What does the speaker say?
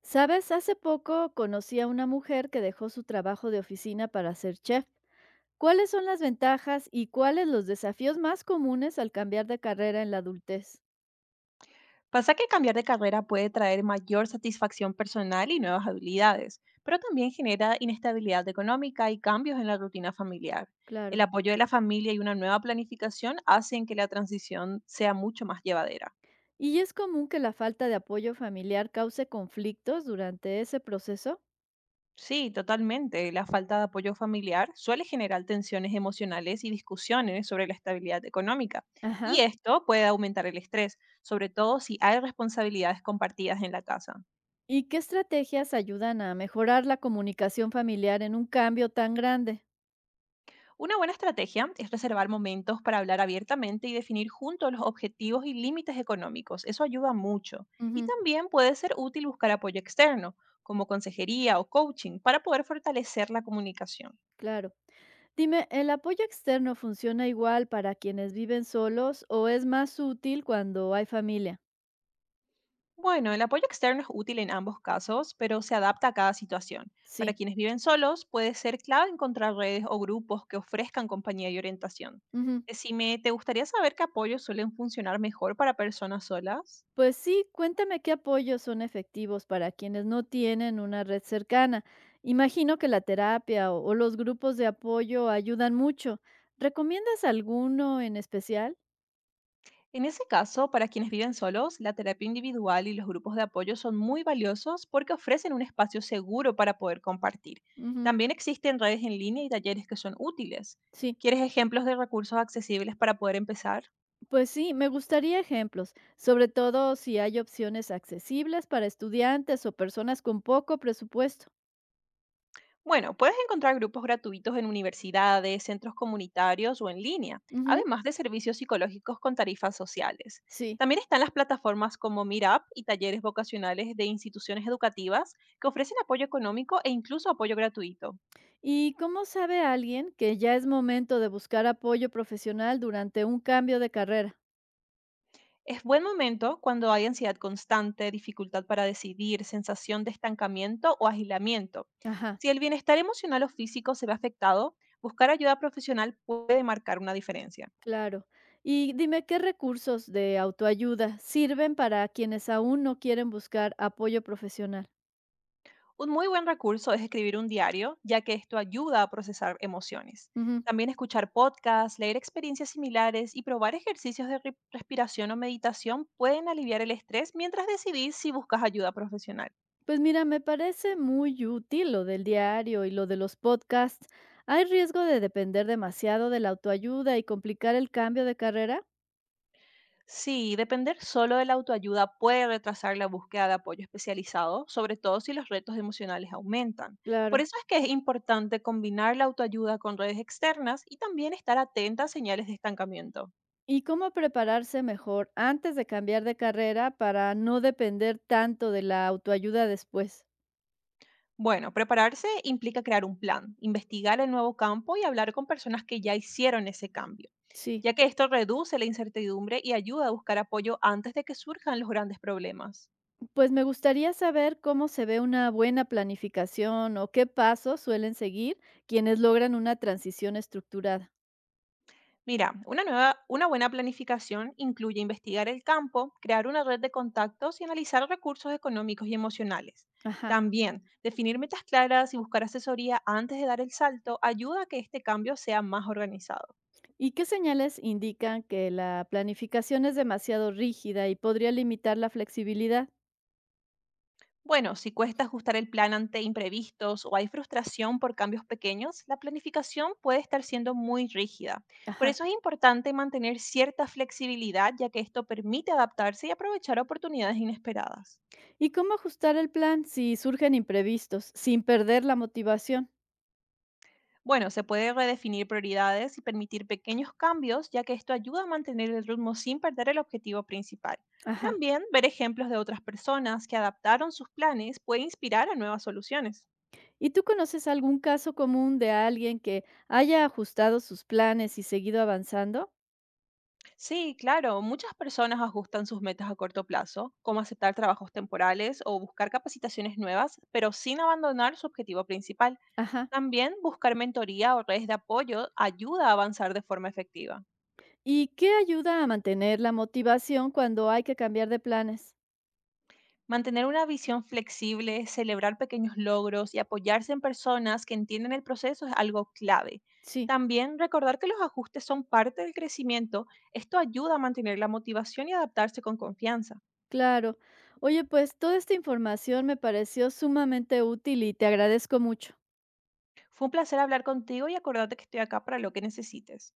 ¿Sabes? Hace poco conocí a una mujer que dejó su trabajo de oficina para ser chef. ¿Cuáles son las ventajas y cuáles los desafíos más comunes al cambiar de carrera en la adultez? Pasa que cambiar de carrera puede traer mayor satisfacción personal y nuevas habilidades, pero también genera inestabilidad económica y cambios en la rutina familiar. El Claro. apoyo de la familia y una nueva planificación hacen que la transición sea mucho más llevadera. ¿Y es común que la falta de apoyo familiar cause conflictos durante ese proceso? Sí, totalmente. La falta de apoyo familiar suele generar tensiones emocionales y discusiones sobre la estabilidad económica. Y Ajá. esto puede aumentar el estrés, sobre todo si hay responsabilidades compartidas en la casa. ¿Y qué estrategias ayudan a mejorar la comunicación familiar en un cambio tan grande? Una buena estrategia es reservar momentos para hablar abiertamente y definir juntos los objetivos y límites económicos. Eso ayuda mucho. Y Ujú. también puede ser útil buscar apoyo externo, como consejería o coaching, para poder fortalecer la comunicación. Claro. Dime, ¿el apoyo externo funciona igual para quienes viven solos o es más útil cuando hay familia? Bueno, el apoyo externo es útil en ambos casos, pero se adapta a cada situación. Para Sí. quienes viven solos, puede ser clave encontrar redes o grupos que ofrezcan compañía y orientación. Ujú. Decime, ¿te gustaría saber qué apoyos suelen funcionar mejor para personas solas? Pues sí, cuéntame qué apoyos son efectivos para quienes no tienen una red cercana. Imagino que la terapia o los grupos de apoyo ayudan mucho. ¿Recomiendas alguno en especial? En ese caso, para quienes viven solos, la terapia individual y los grupos de apoyo son muy valiosos porque ofrecen un espacio seguro para poder compartir. Ujú. También existen redes en línea y talleres que son útiles. Sí. ¿Quieres ejemplos de recursos accesibles para poder empezar? Pues sí, me gustaría ejemplos, sobre todo si hay opciones accesibles para estudiantes o personas con poco presupuesto. Bueno, puedes encontrar grupos gratuitos en universidades, centros comunitarios o en línea, Ujú. además de servicios psicológicos con tarifas sociales. Sí. También están las plataformas como Meetup y talleres vocacionales de instituciones educativas que ofrecen apoyo económico e incluso apoyo gratuito. ¿Y cómo sabe alguien que ya es momento de buscar apoyo profesional durante un cambio de carrera? Es buen momento cuando hay ansiedad constante, dificultad para decidir, sensación de estancamiento o agilamiento. Ajá. Si el bienestar emocional o físico se ve afectado, buscar ayuda profesional puede marcar una diferencia. Claro. Y dime, ¿qué recursos de autoayuda sirven para quienes aún no quieren buscar apoyo profesional? Un muy buen recurso es escribir un diario, ya que esto ayuda a procesar emociones. Ujú. También escuchar podcasts, leer experiencias similares y probar ejercicios de respiración o meditación pueden aliviar el estrés mientras decidís si buscas ayuda profesional. Pues mira, me parece muy útil lo del diario y lo de los podcasts. ¿Hay riesgo de depender demasiado de la autoayuda y complicar el cambio de carrera? Sí, depender solo de la autoayuda puede retrasar la búsqueda de apoyo especializado, sobre todo si los retos emocionales aumentan. Por Claro. eso es que es importante combinar la autoayuda con redes externas y también estar atenta a señales de estancamiento. ¿Y cómo prepararse mejor antes de cambiar de carrera para no depender tanto de la autoayuda después? Bueno, prepararse implica crear un plan, investigar el nuevo campo y hablar con personas que ya hicieron ese cambio, Sí. ya que esto reduce la incertidumbre y ayuda a buscar apoyo antes de que surjan los grandes problemas. Pues me gustaría saber cómo se ve una buena planificación o qué pasos suelen seguir quienes logran una transición estructurada. Mira, una buena planificación incluye investigar el campo, crear una red de contactos y analizar recursos económicos y emocionales. Ajá. También, definir metas claras y buscar asesoría antes de dar el salto ayuda a que este cambio sea más organizado. ¿Y qué señales indican que la planificación es demasiado rígida y podría limitar la flexibilidad? Bueno, si cuesta ajustar el plan ante imprevistos o hay frustración por cambios pequeños, la planificación puede estar siendo muy rígida. Por Ajá. eso es importante mantener cierta flexibilidad, ya que esto permite adaptarse y aprovechar oportunidades inesperadas. ¿Y cómo ajustar el plan si surgen imprevistos sin perder la motivación? Bueno, se puede redefinir prioridades y permitir pequeños cambios, ya que esto ayuda a mantener el ritmo sin perder el objetivo principal. Ajá. También ver ejemplos de otras personas que adaptaron sus planes puede inspirar a nuevas soluciones. ¿Y tú conoces algún caso común de alguien que haya ajustado sus planes y seguido avanzando? Sí, claro, muchas personas ajustan sus metas a corto plazo, como aceptar trabajos temporales o buscar capacitaciones nuevas, pero sin abandonar su objetivo principal. Ajá. También buscar mentoría o redes de apoyo ayuda a avanzar de forma efectiva. ¿Y qué ayuda a mantener la motivación cuando hay que cambiar de planes? Mantener una visión flexible, celebrar pequeños logros y apoyarse en personas que entienden el proceso es algo clave. Sí, También recordar que los ajustes son parte del crecimiento, esto ayuda a mantener la motivación y adaptarse con confianza. claro. Oye, pues toda esta información me pareció sumamente útil y te agradezco mucho. Fue un placer hablar contigo y acordate que estoy acá para lo que necesites.